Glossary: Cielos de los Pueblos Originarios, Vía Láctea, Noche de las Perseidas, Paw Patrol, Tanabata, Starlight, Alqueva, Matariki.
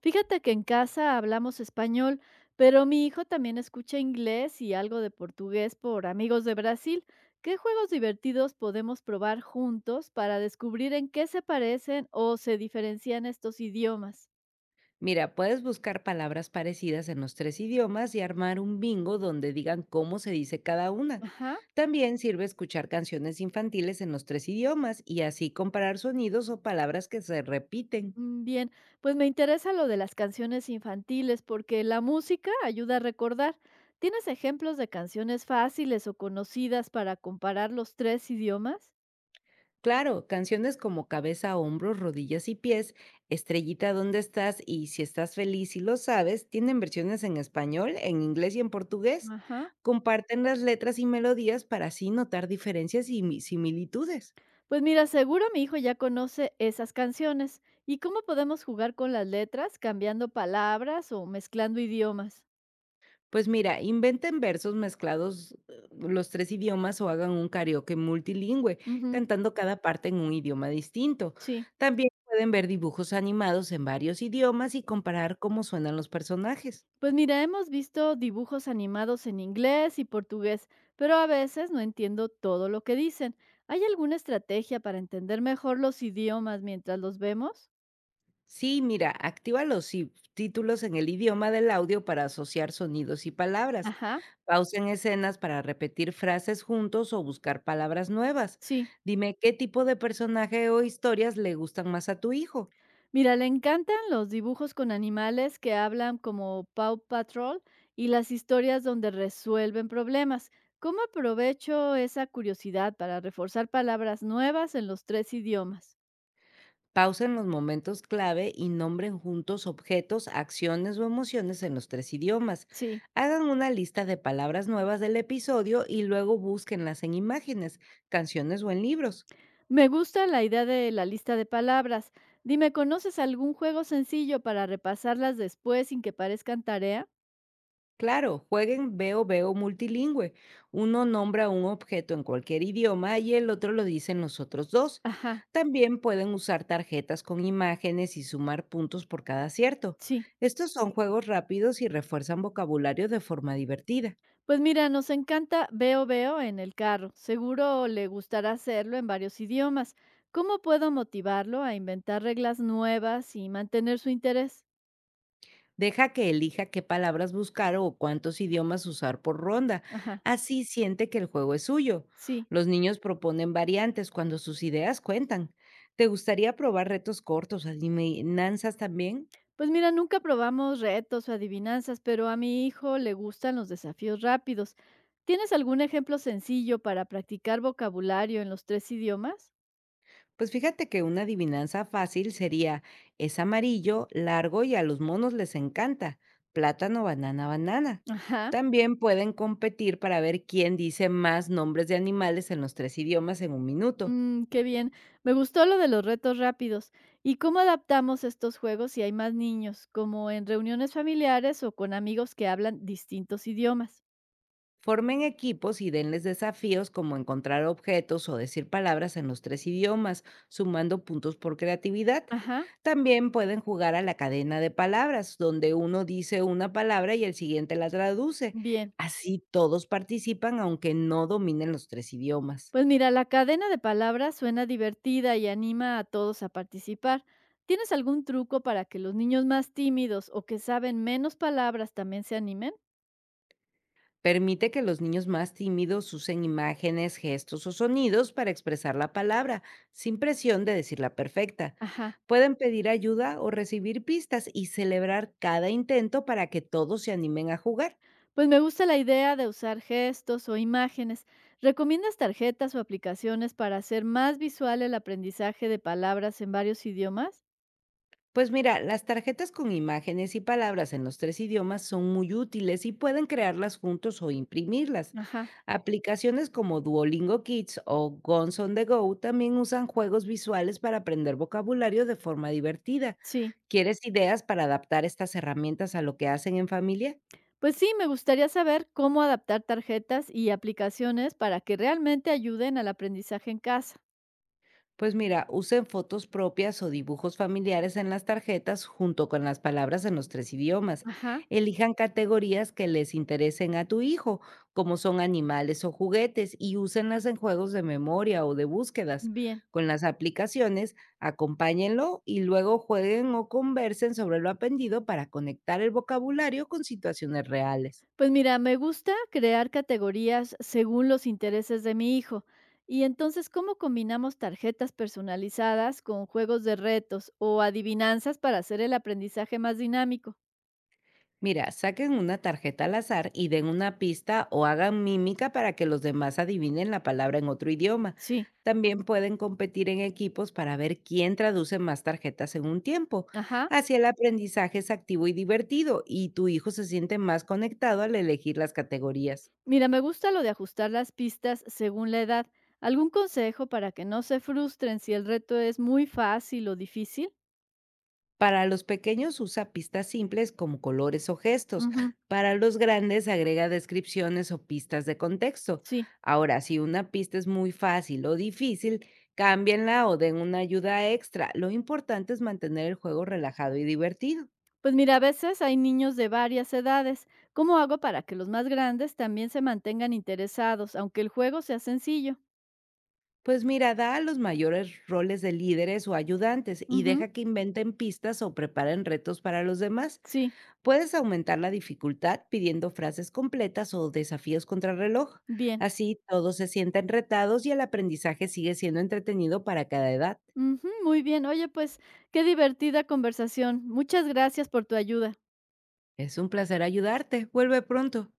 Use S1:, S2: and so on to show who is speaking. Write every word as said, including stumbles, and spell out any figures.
S1: Fíjate que en casa hablamos español, pero mi hijo también escucha inglés y algo de portugués por amigos de Brasil. ¿Qué juegos divertidos podemos probar juntos para descubrir en qué se parecen o se diferencian estos idiomas?
S2: Mira, puedes buscar palabras parecidas en los tres idiomas y armar un bingo donde digan cómo se dice cada una.
S1: Ajá.
S2: También sirve escuchar canciones infantiles en los tres idiomas y así comparar sonidos o palabras que se repiten.
S1: mm, Bien, pues me interesa lo de las canciones infantiles porque la música ayuda a recordar. ¿Tienes ejemplos de canciones fáciles o conocidas para comparar los tres idiomas?
S2: Claro, canciones como cabeza, hombros, rodillas y pies, estrellita, ¿dónde estás? Y si estás feliz y lo sabes, tienen versiones en español, en inglés y en portugués.
S1: Ajá.
S2: Comparten las letras y melodías para así notar diferencias y mi- similitudes.
S1: Pues mira, seguro mi hijo ya conoce esas canciones. ¿Y cómo podemos jugar con las letras, cambiando palabras o mezclando idiomas?
S2: Pues mira, inventen versos mezclados eh, los tres idiomas o hagan un karaoke multilingüe,
S1: Ujú,
S2: cantando cada parte en un idioma distinto.
S1: sí.
S2: También pueden ver dibujos animados en varios idiomas y comparar cómo suenan los personajes.
S1: Pues mira, hemos visto dibujos animados en inglés y portugués, pero a veces no entiendo todo lo que dicen. ¿Hay alguna estrategia para entender mejor los idiomas mientras los vemos?
S2: Sí, mira, activa los subtítulos en el idioma del audio para asociar sonidos y palabras.
S1: Ajá,
S2: Pausen escenas para repetir frases juntos o buscar palabras nuevas.
S1: sí.
S2: Dime qué tipo de personaje o historias le gustan más a tu hijo.
S1: Mira, le encantan los dibujos con animales que hablan como Paw Patrol y las historias donde resuelven problemas. ¿Cómo aprovecho esa curiosidad para reforzar palabras nuevas en los tres idiomas?
S2: Pausen los momentos clave y nombren juntos objetos, acciones o emociones en los tres idiomas.
S1: Sí,
S2: Hagan una lista de palabras nuevas del episodio y luego búsquenlas en imágenes, canciones o en libros.
S1: me gusta la idea de la lista de palabras. Dime, ¿conoces algún juego sencillo para repasarlas después sin que parezcan tarea?
S2: Claro, jueguen veo veo multilingüe. Uno nombra un objeto en cualquier idioma y el otro lo dicen los otros dos.
S1: Ajá,
S2: También pueden usar tarjetas con imágenes y sumar puntos por cada acierto.
S1: sí.
S2: Estos son juegos rápidos y refuerzan vocabulario de forma divertida.
S1: Pues mira, nos encanta Veo Veo en el carro. Seguro le gustará hacerlo en varios idiomas. ¿Cómo puedo motivarlo a inventar reglas nuevas y mantener su interés?
S2: Deja que elija qué palabras buscar o cuántos idiomas usar por ronda.
S1: Ajá,
S2: Así siente que el juego es suyo.
S1: sí.
S2: Los niños proponen variantes cuando sus ideas cuentan. ¿Te gustaría probar retos cortos, adivinanzas también?
S1: Pues mira, nunca probamos retos o adivinanzas, pero a mi hijo le gustan los desafíos rápidos. ¿Tienes algún ejemplo sencillo para practicar vocabulario en los tres idiomas?
S2: Pues fíjate que una adivinanza fácil sería, es amarillo, largo y a los monos les encanta. Plátano, banana, banana.
S1: Ajá.
S2: También pueden competir para ver quién dice más nombres de animales en los tres idiomas en un minuto.
S1: Mm, qué bien. Me gustó lo de los retos rápidos. ¿Y cómo adaptamos estos juegos si hay más niños, como en reuniones familiares o con amigos que hablan distintos idiomas?
S2: Formen equipos y denles desafíos como encontrar objetos o decir palabras en los tres idiomas, sumando puntos por creatividad.
S1: Ajá,
S2: También pueden jugar a la cadena de palabras, donde uno dice una palabra y el siguiente la traduce.
S1: bien.
S2: Así todos participan aunque no dominen los tres idiomas.
S1: Pues mira, la cadena de palabras suena divertida y anima a todos a participar. ¿Tienes algún truco para que los niños más tímidos o que saben menos palabras también se animen?
S2: Permite que los niños más tímidos usen imágenes, gestos o sonidos para expresar la palabra, sin presión de decirla perfecta.
S1: Ajá.
S2: Pueden pedir ayuda o recibir pistas y celebrar cada intento para que todos se animen a jugar.
S1: Pues me gusta la idea de usar gestos o imágenes. ¿Recomiendas tarjetas o aplicaciones para hacer más visual el aprendizaje de palabras en varios idiomas?
S2: Pues mira, las tarjetas con imágenes y palabras en los tres idiomas son muy útiles y pueden crearlas juntos o imprimirlas.
S1: Ajá,
S2: Aplicaciones como Duolingo Kids o Guns on the Go también usan juegos visuales para aprender vocabulario de forma divertida.
S1: sí.
S2: ¿Quieres ideas para adaptar estas herramientas a lo que hacen en familia?
S1: Pues sí, me gustaría saber cómo adaptar tarjetas y aplicaciones para que realmente ayuden al aprendizaje en casa.
S2: Pues mira, usen fotos propias o dibujos familiares en las tarjetas junto con las palabras en los tres idiomas.
S1: Ajá,
S2: Elijan categorías que les interesen a tu hijo, como son animales o juguetes, y úsenlas en juegos de memoria o de búsquedas.
S1: bien.
S2: Con las aplicaciones, acompáñenlo y luego jueguen o conversen sobre lo aprendido para conectar el vocabulario con situaciones reales.
S1: Pues mira, me gusta crear categorías según los intereses de mi hijo. Y entonces, ¿cómo combinamos tarjetas personalizadas con juegos de retos o adivinanzas para hacer el aprendizaje más dinámico?
S2: Mira, saquen una tarjeta al azar y den una pista o hagan mímica para que los demás adivinen la palabra en otro idioma.
S1: Sí,
S2: También pueden competir en equipos para ver quién traduce más tarjetas en un tiempo.
S1: ajá.
S2: Así el aprendizaje es activo y divertido y tu hijo se siente más conectado al elegir las categorías.
S1: Mira, me gusta lo de ajustar las pistas según la edad. ¿Algún consejo para que no se frustren si el reto es muy fácil o difícil?
S2: Para los pequeños usa pistas simples como colores o gestos.
S1: Ujú,
S2: Para los grandes agrega descripciones o pistas de contexto.
S1: sí.
S2: Ahora, si una pista es muy fácil o difícil, cámbienla o den una ayuda extra. Lo importante es mantener el juego relajado y divertido.
S1: Pues mira, a veces hay niños de varias edades. ¿Cómo hago para que los más grandes también se mantengan interesados, aunque el juego sea sencillo?
S2: Pues mira, da a los mayores roles de líderes o ayudantes y
S1: Ujú,
S2: deja que inventen pistas o preparen retos para los demás.
S1: sí,
S2: Puedes aumentar la dificultad pidiendo frases completas o desafíos contra reloj.
S1: bien.
S2: Así todos se sienten retados y el aprendizaje sigue siendo entretenido para cada edad.
S1: Ujú, muy bien. Oye, pues qué divertida conversación. Muchas gracias por tu ayuda.
S2: Es un placer ayudarte. Vuelve pronto.